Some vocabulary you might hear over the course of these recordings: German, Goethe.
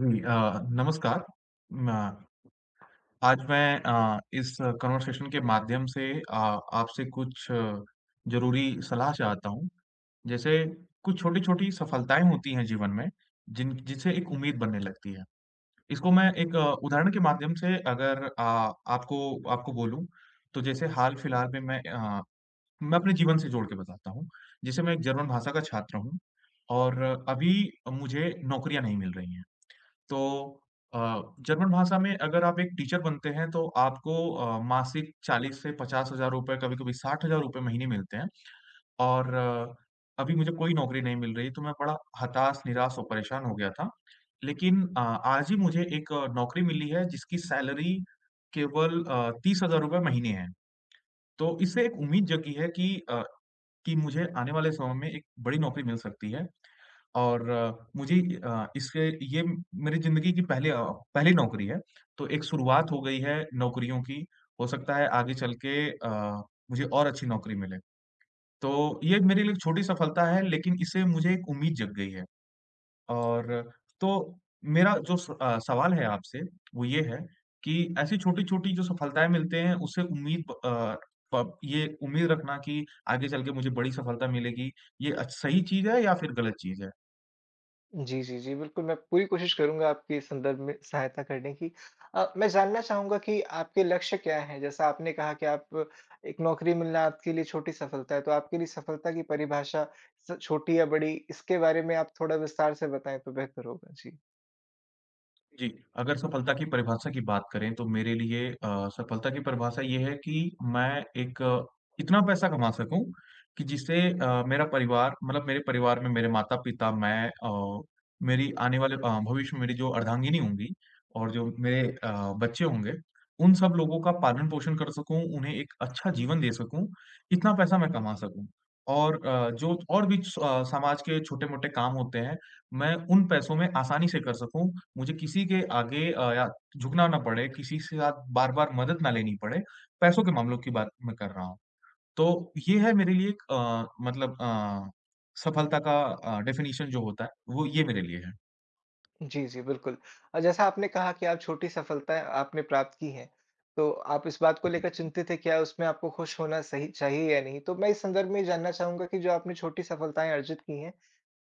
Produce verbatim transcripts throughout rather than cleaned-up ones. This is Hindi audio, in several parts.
जी, अ, नमस्कार। म आज मैं अ, इस कन्वर्सेशन के माध्यम से अ, आपसे कुछ ज़रूरी सलाह चाहता हूँ। जैसे कुछ छोटी-छोटी सफलताएँ होती हैं जीवन में, जिन जिनसे एक उम्मीद बनने लगती है। इसको मैं एक अ, उदाहरण के माध्यम से अगर अ, आपको आपको बोलूँ, तो जैसे हाल-फिलहाल में मैं अ, मैं अपने जीवन से जोड़ के बताता हूँ। जैसे मैं एक जर्मन भाषा का छात्र हूँ और अभी मुझे नौकरियाँ नहीं मिल रही हैं। तो अ, जर्मन भाषा में अगर आप एक टीचर बनते हैं तो आपको अ, मासिक चालीस से पचास हज़ार रुपए कभी-कभी साठ हज़ार रुपए महीने मिलते हैं और अ, अभी मुझे कोई नौकरी नहीं मिल रही, तो मैं बड़ा हताश, निराश और परेशान हो गया था। लेकिन अ, आज ही मुझे एक अ, नौकरी मिली है जिसकी सैलरी केवल अ, तीस हज़ार रुपए महीने है। तो इससे एक उम्मीद जगी है कि अ, कि मुझे आने वाले समय में एक बड़ी नौकरी मिल सकती है। और अ, मुझे अ, इसके ये मेरी ज़िंदगी की पहली अ, पहली नौकरी है, तो एक शुरुआत हो गई है नौकरियों की। हो सकता है आगे चल के अ, मुझे और अच्छी नौकरी मिले। तो ये मेरे लिए एक छोटी सफलता है, लेकिन इससे मुझे एक उम्मीद जग गई है। और तो मेरा जो स अ, सवाल है आपसे, वो ये है कि ऐसी छोटी-छोटी जो सफलताएँ मिलते हैं, उससे उम्मीद प अ, प ये उम्मीद रखना कि आगे चल के मुझे बड़ी सफलता मिलेगी, ये अच सही चीज़ है या फिर गलत चीज़ है? जी, जी, जी। बिल्कुल, मैं पूरी कोशिश करूँगा आपके इस संदर्भ में सहायता करने की। अ, मैं जानना चाहूँगा कि आपके लक्ष्य क्या हैं? जैसा आपने कहा कि आप एक नौकरी मिलना आपके लिए छोटी सफलता है, तो आपके लिए सफलता की परिभाषा स छोटी या बड़ी, इसके बारे में आप थोड़ा विस्तार से बताएँ तो बेहतर होगा। जी। जी, अगर सफलता की परिभाषा की बात करें तो मेरे लिए अ, सफलता की परिभाषा ये है कि मैं एक अ, इतना पैसा कमा सकूँ कि जिससे अ, मेरा परिवार मतलब मेरे परिवार में मेरे माता-पिता, मैं अ, मेरी आने वाले अ, भविष्य में मेरी जो अर्धांगिनी होंगी और जो मेरे अ, बच्चे होंगे, उन सब लोगों का पालन-पोषण कर सकूँ, उन्हें एक अच्छा जीवन दे सकूँ, इतना पैसा मैं कमा सकूँ। और अ, जो और भी स अ, समाज के छोटे-मोटे काम होते हैं, मैं उन पैसों में आसानी से कर सकूँ। मुझे किसी के आगे अ, या झुकना ना पड़े, किसी से साथ बार-बार मदद ना लेनी पड़े, पैसों के मामलों की बात मैं कर रहा हूँ। तो ये है मेरे लिए एक अ, मतलब, अ, सफलता का अ, डेफ़िनिशन जो होता है, वो ये मेरे लिए है। जी, जी, बिल्कुल। अ, जैसा आपने कहा कि आप छोटी सफलताएँ आपने प्राप्त की हैं, तो आप इस बात को लेकर चिंतित हैं क्या उसमें आपको खुश होना सही चाहिए या नहीं? तो मैं इस संदर्भ में ये जानना चाहूँगा कि जो आपने छोटी सफलताएँ अर्जित की हैं,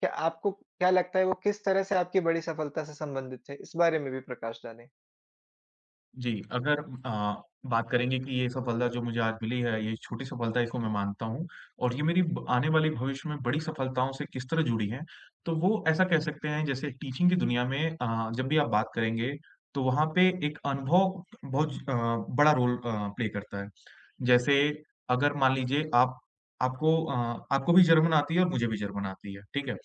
क्या आपको क्या लगता है वो किस तरह से आपकी बड़ी सफलता से संबंधित है? इस बारे में भी प्रकाश डालें। जी, अगर अ, बात करेंगे कि ये सफलता जो मुझे आज मिली है, ये छोटी सफलता इसको मैं मानता हूँ और ये मेरी ब आने वाली भविष्य में बड़ी सफलताओं से किस तरह जुड़ी है, तो वो ऐसा कह सकते हैं जैसे टीचिंग की दुनिया में अ, जब भी आप बात करेंगे, तो वहाँ पे एक अनुभव बहुत अ, बड़ा रोल अ, प्ले करता है। जैसे अगर मान लीजिए आप आपको अ, आपको भी जर्मन आती है और मुझे भी जर्मन आती है, ठीक है?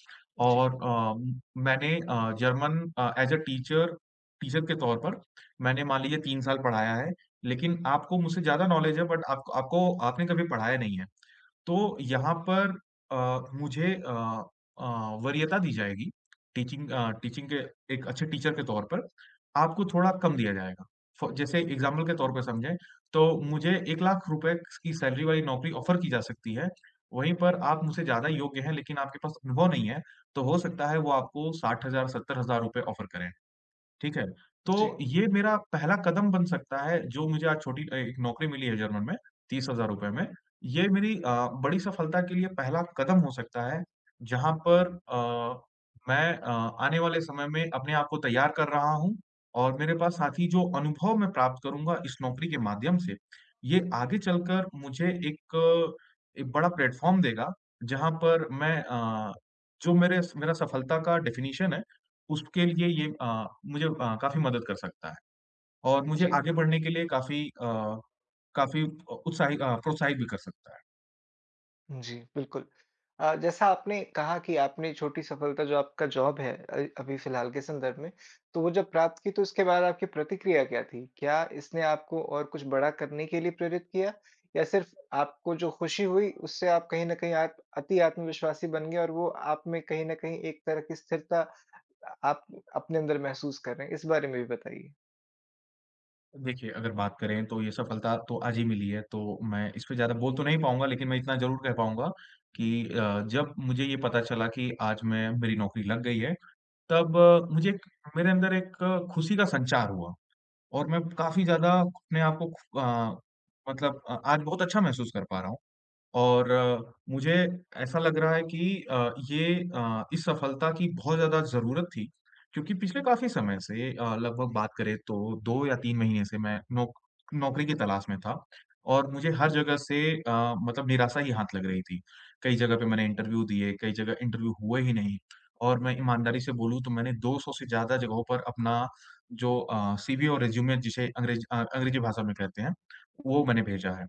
जी, और अ, म- मैंने uh, German uh, as a teacher teacher के तौर पर मैंने मान लीजिए तीन साल पढ़ाया है, लेकिन आपको मुझसे ज़्यादा नॉलेज है बट आपको आपको आपने कभी पढ़ाया नहीं है। तो यहाँ पर अ, मुझे अ अ, वरीयता दी जाएगी, टीचिंग अ, टीचिंग के एक अच्छे टीचर के तौर पर, आपको थोड़ा कम दिया जाएगा। फ़ॉर जैसे एग्ज़ाम्पल के तौर पर समझें, तो मुझे एक लाख रुपए की सैलरी वाली नौकरी ऑफ़र की जा सकती है, वहीं पर आप मुझसे ज़्यादा योग्य हैं लेकिन आपके पास अनुभव नहीं है, तो हो सकता है वो आपको साठ हज़ार सत्तर हज़ार रुपए ऑफ़र करें। ठीक है? तो जी, ये मेरा पहला कदम बन सकता है, जो मुझे आज छोटी अ, एक नौकरी मिली है जर्मन में, तीस हज़ार रुपए में। ये मेरी अ, बड़ी सफलता के लिए पहला कदम हो सकता है, जहाँ पर अ, मैं अ, आने वाले समय में अपने आप को तैयार कर रहा हूँ और मेरे पास साथ ही जो अनुभव मैं प्राप्त करूँगा इस नौकरी के माध्यम से, ये आगे चलकर मुझे एक एक बड़ा प्लेटफ़ॉर्म देगा, जहाँ पर मैं अ, जो मेरे स मेरा सफलता का डेफ़िनिशन है उसके लिए ये अ, मुझे अ, काफ़ी मदद कर सकता है और मुझे जी। आगे बढ़ने के लिए काफ़ी अ, काफ़ी अ, उत्साहित अ, प्रोत्साहित भी कर सकता है। जी, बिल्कुल। अ, जैसा आपने कहा कि आपने छोटी सफलता जो आपका जॉब है, अ, अभी फ़िलहाल के संदर्भ में, तो वो जब प्राप्त की तो उसके बाद आपकी प्रतिक्रिया क्या थी? क्या इसने आपको और कुछ बड़ा करने के लिए प्रेरित किया? या सिर्फ़ आपको जो खुशी हुई उससे आप कहीं न कहीं आप अति आत्मविश्वासी बन गए और वो आप में कहीं न कहीं एक तरह की स्थिरता अ, आप अपने अंदर महसूस कर रहे हैं? इस बारे में भी बताइए। देखिए, अगर बात करें तो ये सफलता तो आज ही मिली है, तो मैं इस पे ज़्यादा बोल तो नहीं पाऊँगा, लेकिन मैं इतना ज़रूर कह पाऊँगा कि अ, जब मुझे ये पता चला कि आज मैं मेरी नौकरी लग गई है, तब अ, मुझे एक मेरे अंदर एक अ, खुशी का संचार हुआ और मैं काफ़ी ज़्यादा अपने आप को खु अ, मतलब, अ, आज बहुत अच्छा महसूस कर पा रहा हूँ। और अ, मुझे ऐसा लग रहा है कि अ, ये अ, इस सफलता की बहुत ज़्यादा ज़रूरत थी क्योंकि पिछले काफ़ी समय से अ, लगभग बात करें तो दो या तीन महीने से मैं नौक नौकरी की तलाश में था और मुझे हर जगह से अ, मतलब, निराशा ही हाथ लग रही थी। कई जगह पे मैंने इंटरव्यू दिए, कई जगह इंटरव्यू हुए ही नहीं और मैं ईमानदारी से बोलूँ तो मैंने दो सौ से ज़्यादा जगहों पर अपना जो अ, सीवी और रिज़्यूमे जिसे अंग्रेज अ, अंग्रेजी भाषा में कहते हैं, वो मैंने भेजा है।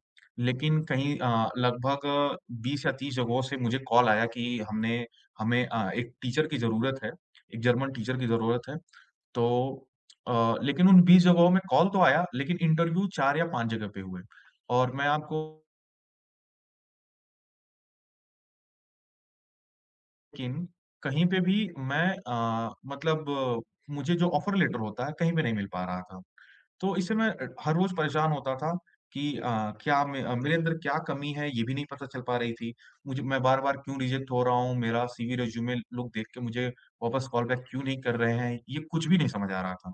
लेकिन कहीं अ, लगभग बीस या तीस जगहों से मुझे कॉल आया कि हमने हमें अ, एक टीचर की ज़रूरत है, एक जर्मन टीचर की ज़रूरत है। तो अ, लेकिन उन बीस जगहों में कॉल तो आया, लेकिन इंटरव्यू चार या पाँच जगह पे हुए। और मैं आपको लेकिन कहीं पे भी मैं अ, मतलब, मुझे जो ऑफ़र लेटर होता है, कहीं पे नहीं मिल पा रहा था। तो इससे मैं अ, हर रोज परेशान होता था कि अ, क्या मैं अ, मेरे अंदर क्या कमी है ये भी नहीं पता चल पा रही थी। मुझे मैं बार-बार क्यों रिजेक्ट हो रहा हूँ, मेरा सीवी रिज्यूमे लोग देख के मुझे वापस कॉल बैक क्यों नहीं कर रहे हैं, ये कुछ भी नहीं समझ आ रहा था।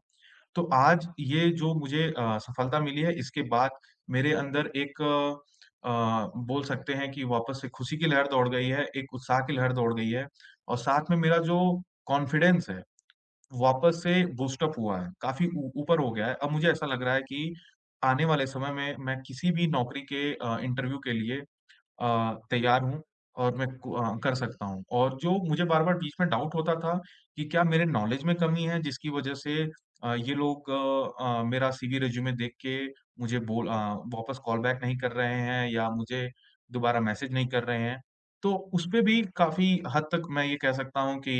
तो आज ये जो मुझे अ, सफलता मिली है इसके बाद मेरे अंदर एक अ, बोल सकते हैं कि वापस से खुशी की लहर दौड़ गई है, एक उत्साह की लहर दौड़ गई है और साथ में मेरा जो कॉन्फिडेंस है वापस से बूस्ट अप हुआ है, काफ़ी ऊ ऊपर हो गया है। अब मुझे ऐसा लग रहा है कि आने वाले समय में मैं किसी भी नौकरी के अ, इंटरव्यू के लिए अ, तैयार हूँ और मैं को अ, कर सकता हूँ। और जो मुझे बार-बार बीच में डाउट होता था कि क्या मेरे नॉलेज में कमी है जिसकी वजह से अ, ये लोग अ अ, मेरा सीवी रिज्यूमे देख के मुझे बोल अ, वापस कॉल बैक नहीं कर रहे हैं या मुझे दोबारा मैसेज नहीं कर रहे हैं। तो उसपे भी काफ़ी हद तक मैं ये कह सकता हूँ कि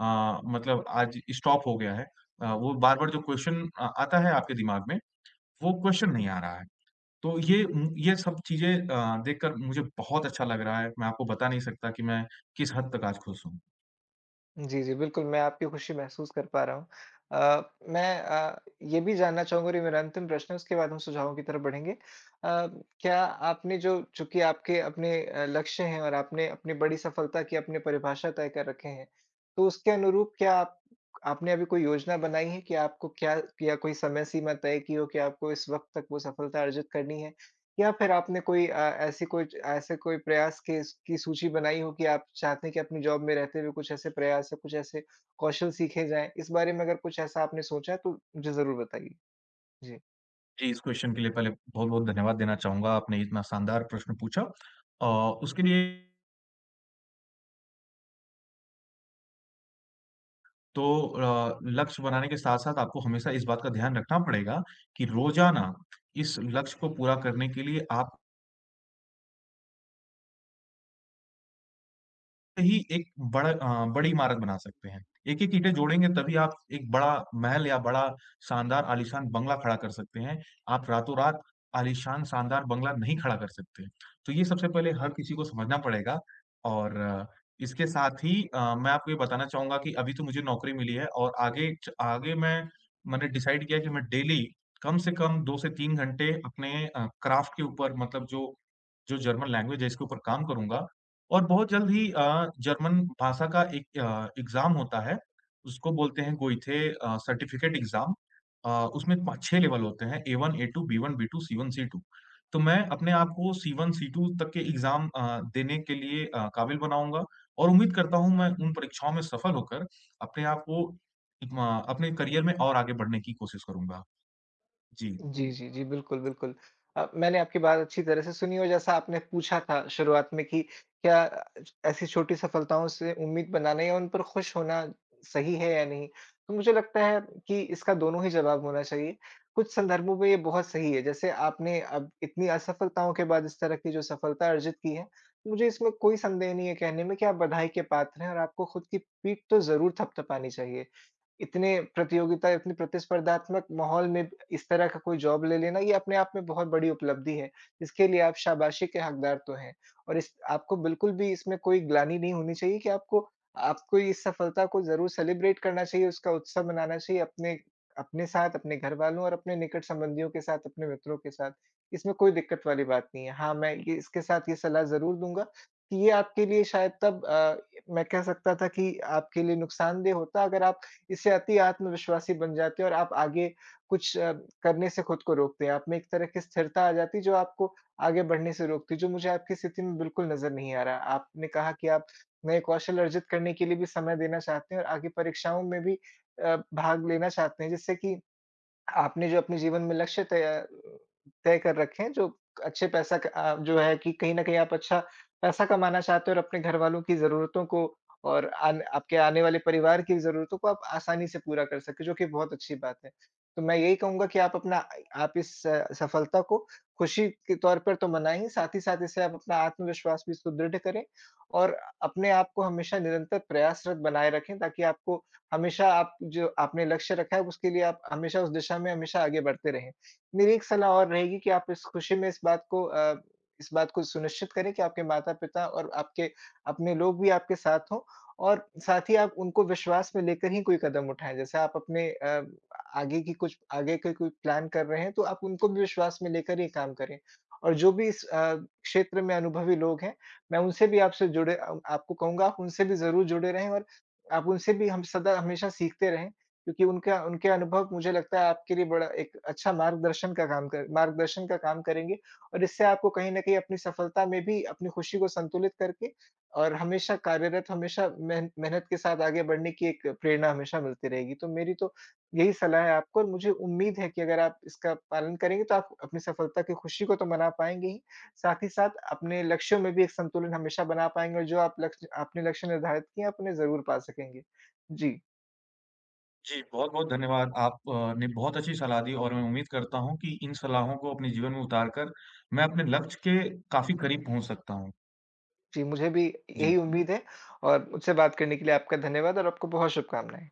अ, मतलब, आज स्टॉप हो गया है। अ, वो बार-बार जो क्वेश्चन अ, आता है आपके दिमाग में, वो क्वेश्चन नहीं आ रहा है। तो ये ये सब चीज़ें अ, देखकर मुझे बहुत अच्छा लग रहा है। मैं आपको बता नहीं सकता कि मैं किस हद तक आज खुश हूँ। जी, जी, बिल्कुल, मैं आपकी खुशी महसूस कर पा रहा हूँ। अ, मैं अ, ये भी जानना चाहूँगा और ये मेरा अंतिम प्रश्न है, उसके बाद हम सुझावों की तरफ बढ़ेंगे। अ, क्या आपने जो, चूँकि आपके अपने अ, लक्ष्य हैं और आपने अपनी बड़ी सफलता की अपनी परिभाषा तय कर रखे हैं, तो उसके अनुरूप क्या आप आपने अभी कोई योजना बनाई है कि आपको क्या, या कोई समय सीमा तय की हो कि आपको इस वक़्त तक वो सफलता अर्जित करनी है? या फिर आपने कोई अ, ऐसी कोई ऐसे कोई प्रयास के की सूची बनाई हो कि आप चाहते हैं कि अपनी जॉब में रहते हुए कुछ ऐसे प्रयास या कुछ ऐसे कौशल सीखे जाएँ? इस बारे में अगर कुछ ऐसा आपने सोचा है तो मुझे ज़रूर बताइए। जी। जी, इस क्वेश्चन के लिए पहले बहुत-बहुत धन्यवाद देना चाहूँगा। आपने इतना शानदार प्रश्न पूछा। अ, उसके लिए तो अ, लक्ष्य बनाने के साथ-साथ आपको हमेशा इस बात का ध्यान रखना पड़ेगा कि रोज़ाना इस लक्ष्य को पूरा करने के लिए आप ही एक बड़ा अ, बड़ी इमारत बना सकते हैं। एक-एक ईंटें जोड़ेंगे तभी आप एक बड़ा महल या बड़ा शानदार आलीशान बंगला खड़ा कर सकते हैं। आप रातों-रात आलीशान शानदार बंगला नहीं खड़ा कर सकते। तो ये सबसे पहले हर किसी को समझना पड़ेगा और अ, इसके साथ ही अ, मैं आपको ये बताना चाहूँगा कि अभी तो मुझे नौकरी मिली है और आगे च आगे मैं मैंने डिसाइड किया कि मैं डेली कम से कम दो से तीन घंटे अपने अ, क्राफ़्ट के ऊपर मतलब जो जो जर्मन लैंग्वेज है इसके ऊपर काम करूँगा और बहुत जल्द ही अ, जर्मन भाषा का एक अ, एग्ज़ाम होता है, उसको बोलते हैं गोइथे अ, सर्टिफ़िकेट एग्ज़ाम। अ, उसमें पा छह लेवल होते हैं A one, A two, B one, B two, C one, C two. तो मैं अपने आप को सी वन, सी टू तक के एग्ज़ाम अ, देने के लिए अ, काबिल बनाऊँगा और उम्मीद करता हूँ मैं उन परीक्षाओं में सफल होकर अपने आप को म अपने करियर में और आगे बढ़ने की कोशिश करूँगा। जी। जी, जी, जी। बिल्कुल, बिल्कुल। अ, मैंने आपकी बात अच्छी तरह से सुनी और जैसा आपने पूछा था शुरुआत में कि क्या अ, ऐसी छोटी सफलताओं से उम्मीद बनाना या उन पर खुश होना सही है या नहीं? तो मुझे लगता है कि इसका दोनों ही जवाब होना चाहिए। कुछ संदर्भों में ये बहुत सही है। जैसे आपने अब इतनी असफलताओं के बाद इस तरह की जो सफलता अर्जित की है, मुझे इसमें कोई संदेह नहीं है कहने में कि आप बधाई के पात्र हैं और आपको खुद की पीठ तो ज़रूर थपथपानी चाहिए। इतने प्रतियोगिता, इतनी प्रतिस्पर्धात्मक माहौल में इस तरह का कोई जॉब ले लेना, ये अपने आप में बहुत बड़ी उपलब्धि है। इसके लिए आप शाबाशी के हकदार तो हैं, और इस आपको बिल्कुल भी इसमें कोई ग्लानि नहीं होनी चाहिए कि आपको आपको इस सफलता को ज़रूर सेलिब्रेट करना चाहिए, उसका उत्सव मनाना चाहिए अपने अपने साथ, अपने घरवालों और अपने निकट संबंधियों के साथ, अपने मित्रों के साथ। इसमें कोई दिक्कत वाली बात नहीं है। हाँ, मैं ये इसके साथ ये सलाह ज़रूर दूँगा कि ये आपके लिए शायद तब, अ, मैं कह सकता था कि आपके लिए नुकसानदेह होता, अगर आप इससे अति आत्मविश्वासी बन जाते हो और आप आगे कुछ अ, करने से खुद को रोकते हैं। आप में एक तरह की स्थिरता आ जाती है जो आपको आगे बढ़ने से रोकती है, जो मुझे आपकी स्थिति में बिल्कुल नज़र नहीं आ रहा। आपने कहा कि आप नए कौशल अर्जित करने के लिए भी समय देना चाहते हैं और आगे परीक्षाओं में भी अ, भाग लेना चाहते हैं, जिससे कि आपने जो अपने जीवन में लक्ष्य तय तय कर रखे हैं, जो अच्छे पैसा क अ, जो है कि कहीं न कहीं आप अच्छा पैसा कमाना चाहते हो और अपने घरवालों की ज़रूरतों को और आन आपके आने वाले परिवार की ज़रूरतों को आप आसानी से पूरा कर सके, जो कि बहुत अच्छी बात है। तो मैं यही कहूँगा कि आप अपना आप इस आ, सफलता को खुशी के तौर पर तो मनाएँ ही, साथ ही साथ इससे आप अपना आत्मविश्वास भी सुदृढ़ करें और अपने आप को हमेशा निरंतर प्रयासरत बनाए रखें, ताकि आपको हमेशा, आप जो आपने लक्ष्य रखा है उसके लिए, आप हमेशा उस दिशा में हमेशा आगे बढ़ते रहें। मेरी एक सलाह और रहेगी कि आप इस खुशी में इस बात को अ, इस बात को सुनिश्चित करें कि आपके माता-पिता और आपके अपने लोग भी आपके साथ हों, और साथ ही आप उनको विश्वास में लेकर ही कोई कदम उठाएँ। जैसे आप अपने अ, आगे की कुछ आगे के कोई प्लान कर रहे हैं तो आप उनको भी विश्वास में लेकर ये काम करें। और जो भी इस अ, क्षेत्र में अनुभवी लोग हैं, मैं उनसे भी आपसे जुड़े अ, आपको कहूँगा, आप उनसे भी ज़रूर जुड़े रहें और आप उनसे भी हम सदा हमेशा सीखते रहें, क्योंकि उनका उनके अनुभव मुझे लगता है आपके लिए बड़ा एक अच्छा मार्गदर्शन का काम कर मार्गदर्शन का काम करेंगे, और इससे आपको कहीं न कहीं अपनी सफलता में भी अपनी खुशी को संतुलित करके और हमेशा कार्यरत, हमेशा मेहन मेहनत के साथ आगे बढ़ने की एक प्रेरणा हमेशा मिलती रहेगी। तो मेरी तो यही सलाह है आपको और मुझे उम्मीद है कि अगर आप इसका पालन करेंगे, तो आप अपनी सफलता की खुशी को तो मना पाएँगे ही, साथ ही साथ अपने लक्ष्यों में भी एक संतुलन हमेशा बना पाएँगे, और जो आप लक्ष्य आपने लक्ष्य निर्धारित किए हैं, आप उन्हें ज़रूर पा सकेंगे। जी। जी, बहुत-बहुत धन्यवाद। आप अ, ने बहुत अच्छी सलाह दी और मैं उम्मीद करता हूँ कि इन सलाहों को अपने जीवन में उतार कर मैं अपने लक्ष्य के काफ़ी करीब पहुँच सकता हूँ। जी, मुझे भी यही जी। उम्मीद है, और मुझसे बात करने के लिए आपका धन्यवाद और आपको बहुत शुभकामनाएँ।